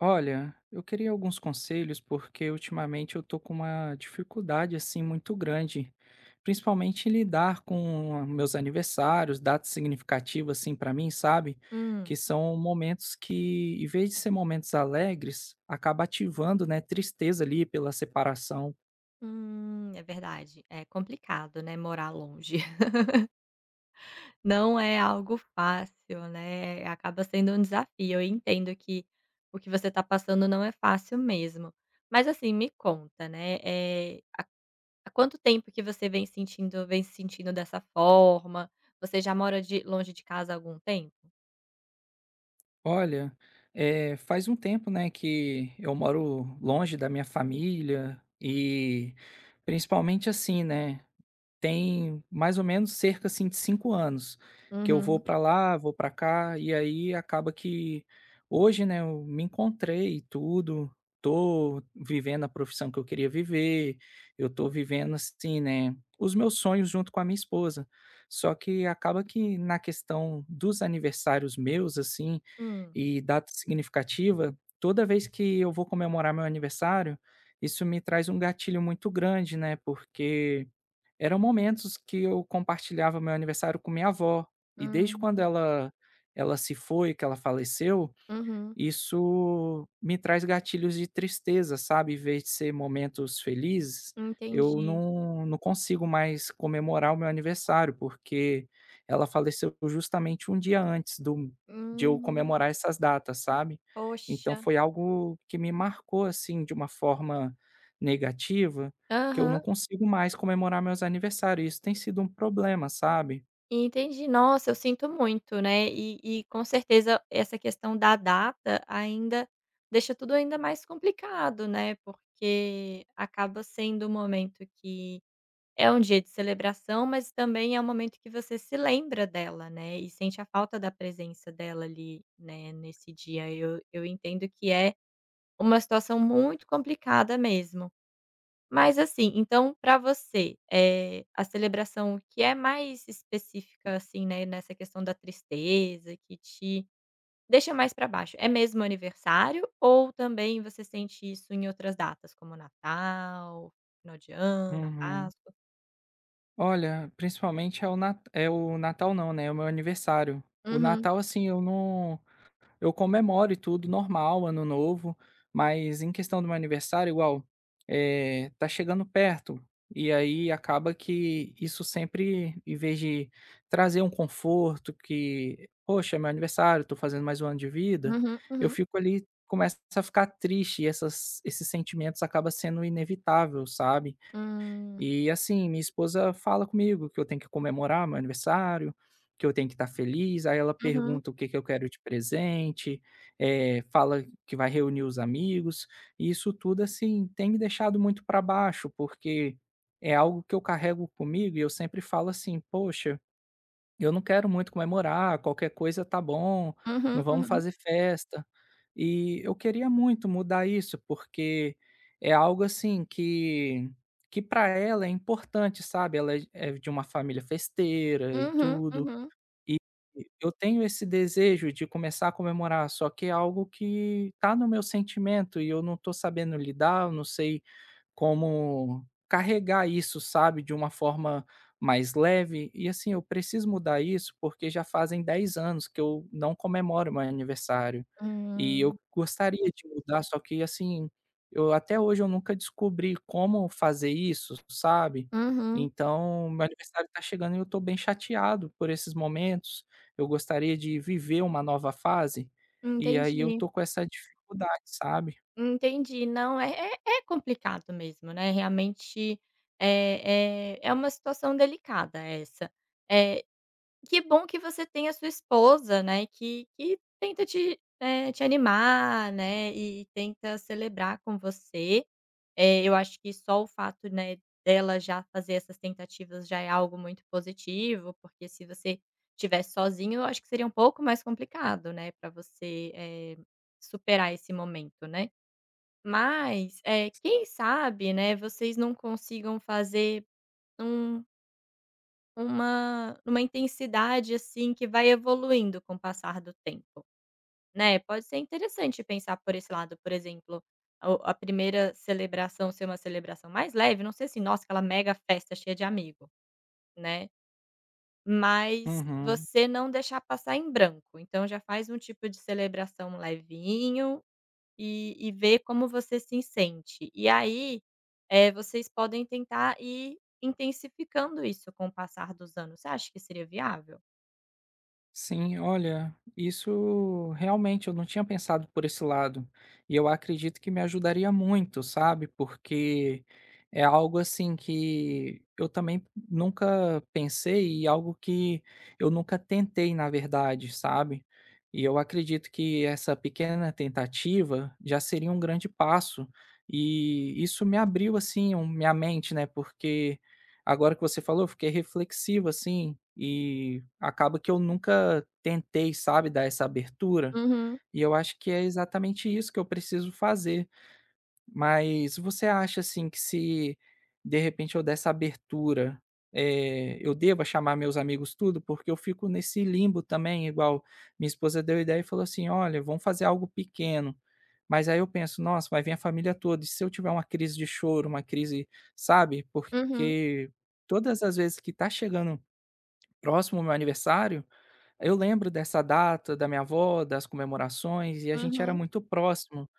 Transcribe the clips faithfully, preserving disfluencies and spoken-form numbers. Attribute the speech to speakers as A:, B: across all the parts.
A: Olha, eu queria alguns conselhos porque ultimamente eu tô com uma dificuldade assim muito grande, principalmente em lidar com meus aniversários, datas significativas assim para mim, sabe?
B: Hum.
A: Que são momentos que, em vez de ser momentos alegres, acaba ativando, né, tristeza ali pela separação.
B: Hum, é verdade. É complicado, né, morar longe. Não é algo fácil, né, acaba sendo um desafio. Eu entendo que o que você está passando não é fácil mesmo. Mas, assim, me conta, né, eh, há quanto tempo que você vem sentindo vem se sentindo dessa forma? Você já mora de longe de casa há algum tempo?
A: Olha, é, faz um tempo, né, que eu moro longe da minha família e principalmente assim, né? Tem mais ou menos cerca, assim, de cinco anos, que eu vou
B: Uhum.
A: para lá, vou para cá, e aí acaba que hoje, né, eu me encontrei e tudo, tô vivendo a profissão que eu queria viver, eu tô vivendo, assim, né, os meus sonhos junto com a minha esposa. Só que acaba que na questão dos aniversários meus, assim,
B: Hum.
A: e data significativa, toda vez que eu vou comemorar meu aniversário, isso me traz um gatilho muito grande, né, porque eram momentos que eu compartilhava meu aniversário com minha avó, e desde quando
B: Uhum.
A: ela ela se foi, que ela faleceu,
B: Uhum.
A: isso me traz gatilhos de tristeza, sabe, em vez de ser momentos felizes, eu
B: Entendi.
A: não não consigo mais comemorar o meu aniversário, porque ela faleceu justamente um dia antes do de eu
B: Hum.
A: comemorar essas datas, sabe. Então
B: Poxa.
A: foi algo que me marcou, assim, de uma forma negativa, que eu não
B: Aham.
A: consigo mais comemorar meus aniversários, isso tem sido um problema, sabe.
B: Entendi. Nossa, eu sinto muito, né, e e com certeza essa questão da data ainda deixa tudo ainda mais complicado, né, porque acaba sendo um momento que é um dia de celebração, mas também é um momento que você se lembra dela, né, e sente a falta da presença dela ali, né, nesse dia. Eu eu entendo que é uma situação muito complicada mesmo. Mas assim, então para você, eh, a celebração que é mais específica, assim, né, nessa questão da tristeza, que te deixa mais para baixo, é mesmo aniversário ou também você sente isso em outras datas, como Natal, final de ano, a
A: Uhum.
B: Páscoa?
A: Olha, principalmente é o nat é o Natal não, né, é o meu aniversário. O
B: Uhum,
A: Natal, assim, eu não eu comemoro e tudo normal, Ano Novo, mas em questão do meu aniversário, igual, eh, tá chegando perto, e aí acaba que isso sempre, em vez de trazer um conforto que: "Poxa, é meu aniversário, tô fazendo mais um ano de vida",
B: uhum,
A: eu
B: uhum.
A: fico ali começa a ficar triste e essas esses sentimentos acaba sendo inevitável, sabe.
B: Hum.
A: E assim, minha esposa fala comigo que eu tenho que comemorar meu aniversário, que eu tenho que estar feliz, aí ela
B: Uhum,
A: pergunta o que que eu quero de presente, eh, fala que vai reunir os amigos, e isso tudo assim tem me deixado muito para baixo, porque é algo que eu carrego comigo e eu sempre falo assim: "Poxa, eu não quero muito comemorar, qualquer coisa tá bom, não
B: uhum,
A: vamos
B: uhum.
A: fazer festa. E eu queria muito mudar isso, porque é algo assim que que para ela é importante, sabe. Ela é é de uma família festeira e
B: Uhum,
A: tudo,
B: uhum.
A: e eu tenho esse desejo de começar a comemorar, só que é algo que tá no meu sentimento e eu não tô sabendo lidar, eu não sei como carregar isso, sabe, de uma forma mais leve. E assim, eu preciso mudar isso porque já fazem dez anos que eu não comemoro meu aniversário. E
B: Hum.
A: eu gostaria de mudar, só que assim, eu até hoje eu nunca descobri como fazer isso, sabe?
B: Uhum.
A: Então, meu aniversário está chegando e eu estou bem chateado por esses momentos. Eu gostaria de viver uma nova fase. E aí eu
B: Entendi.
A: tô com essa dificuldade, sabe?
B: Entendi. Não, é é é complicado mesmo, né, realmente é é é uma situação delicada essa. Eh, que bom que você tem a sua esposa, né, que que tenta te, eh, te animar, né, e tenta celebrar com você. Eh, eu acho que só o fato, né, dela já fazer essas tentativas já é algo muito positivo, porque se você tivesse sozinho, eu acho que seria um pouco mais complicado, né, para você, eh, superar esse momento, né? Mas, eh, quem sabe, né, vocês não consigam fazer um uma numa intensidade, assim, que vai evoluindo com o passar do tempo, né. Pode ser interessante pensar por esse lado, por exemplo, a, o a primeira celebração ser uma celebração mais leve, não sei se "Nossa, aquela mega festa cheia de amigo", né. Mas
A: Uhum.
B: você não deixar passar em branco, então já faz um tipo de celebração levinho. E e ver como você se sente. E aí, eh, vocês podem tentar ir intensificando isso com o passar dos anos. Você acha que seria viável?
A: Sim, olha, isso realmente eu não tinha pensado por esse lado. E eu acredito que me ajudaria muito, sabe? Porque é algo assim que eu também nunca pensei e algo que eu nunca tentei, na verdade, sabe? E eu acredito que essa pequena tentativa já seria um grande passo. E isso me abriu assim um- minha mente, né? Porque agora que você falou, eu fiquei reflexivo, assim, e acaba que eu nunca tentei, sabe, dar essa abertura,
B: Uhum,
A: e eu acho que é exatamente isso que eu preciso fazer. Mas você acha, assim, que se de repente eu der essa abertura, eh, eu deva chamar meus amigos tudo? Porque eu fico nesse limbo também, igual minha esposa deu ideia e falou assim: "Olha, vamos fazer algo pequeno". Mas aí eu penso: "Nossa, vai vir a família toda, e se eu tiver uma crise de choro, uma crise", sabe?
B: uhum,
A: Porque todas as vezes que tá chegando próximo o meu aniversário, eu lembro dessa data da minha avó, das comemorações, e a gente era
B: uhum,
A: muito próximo.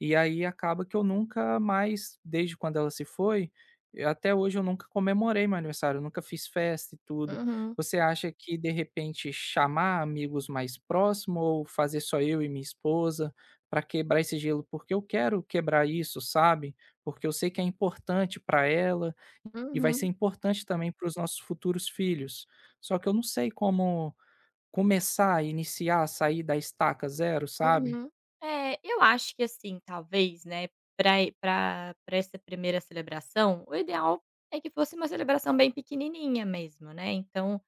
A: E aí acaba que eu nunca mais, desde quando ela se foi, e até hoje eu nunca comemorei meu aniversário, eu nunca fiz festa e tudo.
B: uhum,
A: Você acha que de repente chamar amigos mais próximos ou fazer só eu e minha esposa para quebrar esse gelo? Porque eu quero quebrar isso, sabe? Porque eu sei que é importante para ela e vai ser
B: uhum.
A: importante também para os nossos futuros filhos. Só que eu não sei como começar, iniciar, sair da estaca zero, sabe?
B: Uhum. É, eu acho que assim, talvez, né, para e pra essa primeira celebração, o ideal é que fosse uma celebração bem pequenininha mesmo, né, então,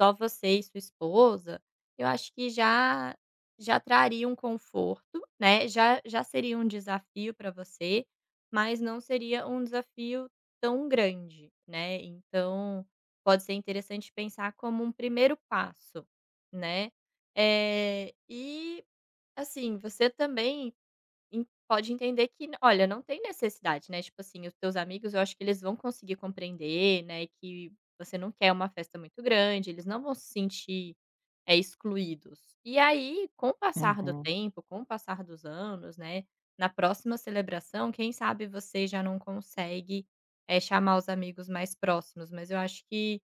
B: só você e sua esposa, eu acho que já já traria um conforto, né, já já seria um desafio para você, mas não seria um desafio tão grande, né, então, pode ser interessante pensar como um primeiro passo, né. é e Assim, você também en pode entender que olha, não tem necessidade, né, tipo assim, os teus amigos eu acho que eles vão conseguir compreender, né, e que você não quer uma festa muito grande, eles não vão se sentir, é excluídos. E aí, com o passar do
A: Uhum,
B: tempo, com o passar dos anos, né, na próxima celebração, quem sabe você já não consegue, é chamar os amigos mais próximos, mas eu acho que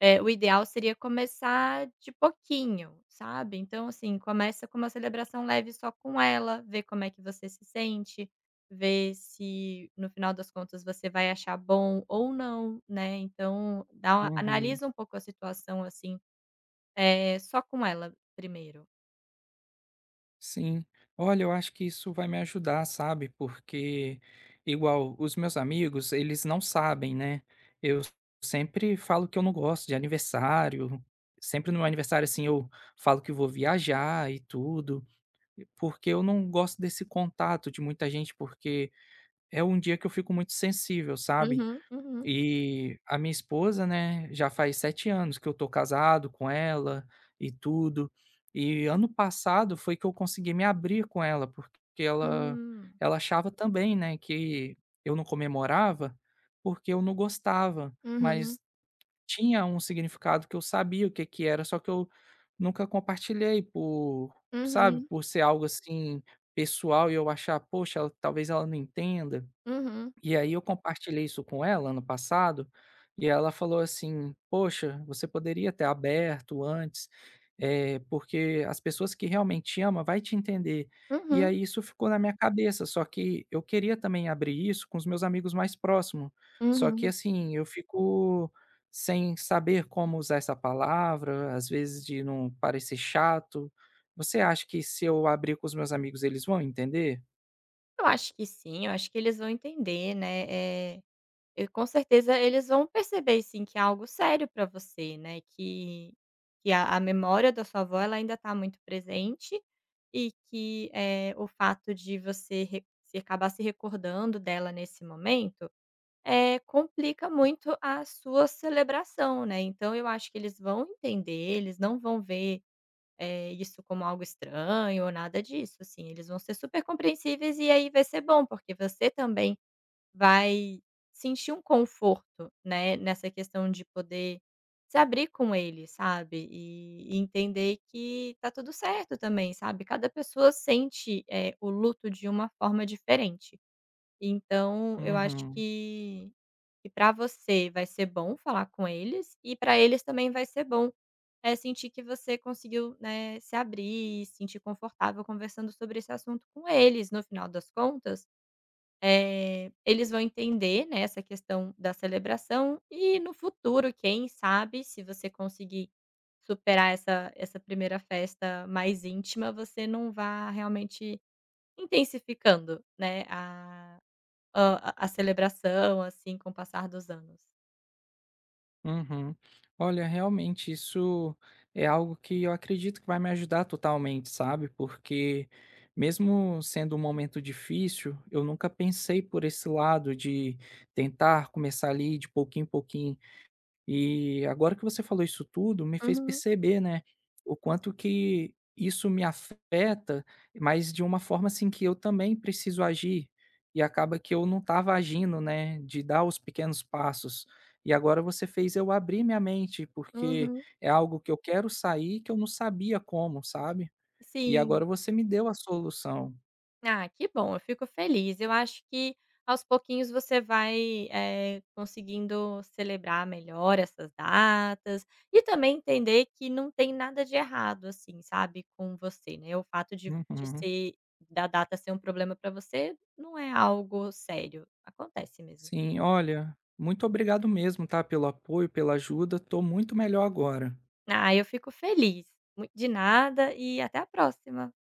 B: é, o ideal seria começar de pouquinho, sabe. Então, assim, começa com uma celebração leve só com ela, vê como é que você se sente, vê se no final das contas você vai achar bom ou não, né. Então dá uma
A: uhum.
B: analisa um pouco a situação, assim, é só com ela primeiro.
A: Sim. Olha, eu acho que isso vai me ajudar, sabe? Porque, igual, os meus amigos, eles não sabem, né? Eu sempre falo que eu não gosto de aniversário. Sempre no meu aniversário, assim, eu falo que vou viajar e tudo, porque eu não gosto desse contato de muita gente, porque é um dia que eu fico muito sensível, sabe?
B: Uhum, uhum.
A: E a minha esposa, né, já faz sete anos que eu tô casado com ela e tudo. E ano passado foi que eu consegui me abrir com ela, porque ela
B: Hum.
A: ela achava também, né, que eu não comemorava, porque eu não gostava,
B: Uhum,
A: mas tinha um significado que eu sabia o que que era, só que eu nunca compartilhei por sabe,
B: uhum,
A: por ser algo assim pessoal e eu achar: "Poxa, ela talvez ela não entenda".
B: uhum,
A: E aí eu compartilhei isso com ela ano passado, e ela falou assim: "Poxa, você poderia ter aberto antes, eh, porque as pessoas que realmente te ama vai te entender". E
B: uhum,
A: aí isso ficou na minha cabeça, só que eu queria também abrir isso com os meus amigos mais próximos. Só que
B: uhum.
A: assim, eu fico sem saber como usar essa palavra, às vezes de não parecer chato. Você acha que se eu abrir com os meus amigos, eles vão entender?
B: Eu acho que sim, eu acho que eles vão entender, né, eh e com certeza eles vão perceber sim que é algo sério para você, né, que que a a memória da sua avó ela ainda está muito presente, e que, eh, o fato de você re se acabar se recordando dela nesse momento, eh, complica muito a sua celebração, né. Então eu acho que eles vão entender, eles não vão ver, eh, isso como algo estranho ou nada disso, assim, eles vão ser super compreensíveis e aí vai ser bom, porque você também vai sentir um conforto, né, nessa questão de poder se abrir com ele, sabe, e e entender que tá tudo certo também, sabe. Cada pessoa sente, eh, o luto de uma forma diferente. Então eu acho
A: Uhum.
B: que que para você vai ser bom falar com eles e para eles também vai ser bom, eh, sentir que você conseguiu, né, se abrir e se sentir confortável conversando sobre esse assunto com eles. No final das contas eh, eles vão entender, né, essa questão da celebração e no futuro, quem sabe, se você conseguir superar essa essa primeira festa mais íntima, você não vá realmente intensificando, né, a a a celebração, assim, com o passar dos anos.
A: Uhum. Olha, realmente isso é algo que eu acredito que vai me ajudar totalmente, sabe? Porque mesmo sendo um momento difícil, eu nunca pensei por esse lado de tentar começar ali de pouquinho em pouquinho, e agora que você falou isso tudo, me fez
B: Uhum,
A: perceber, né, o quanto que isso me afeta, mas de uma forma, assim, que eu também preciso agir, e acaba que eu não estava agindo, né, de dar os pequenos passos. E agora você fez eu abrir minha mente, porque
B: uhum.
A: é algo que eu quero sair, que eu não sabia como, sabe. E agora
B: Sim.
A: você me deu a solução.
B: Ah, que bom, eu fico feliz. Eu acho que aos pouquinhos você vai, eh, conseguindo celebrar melhor essas datas e também entender que não tem nada de errado, assim, sabe, com você, né. O fato de de
A: Uhum.
B: ser da data ser um problema para você não é algo sério, acontece mesmo.
A: Sim, olha, muito obrigado mesmo, tá, pelo apoio, pela ajuda, tô muito melhor agora.
B: Ah, eu fico feliz. Mui De nada e até a próxima.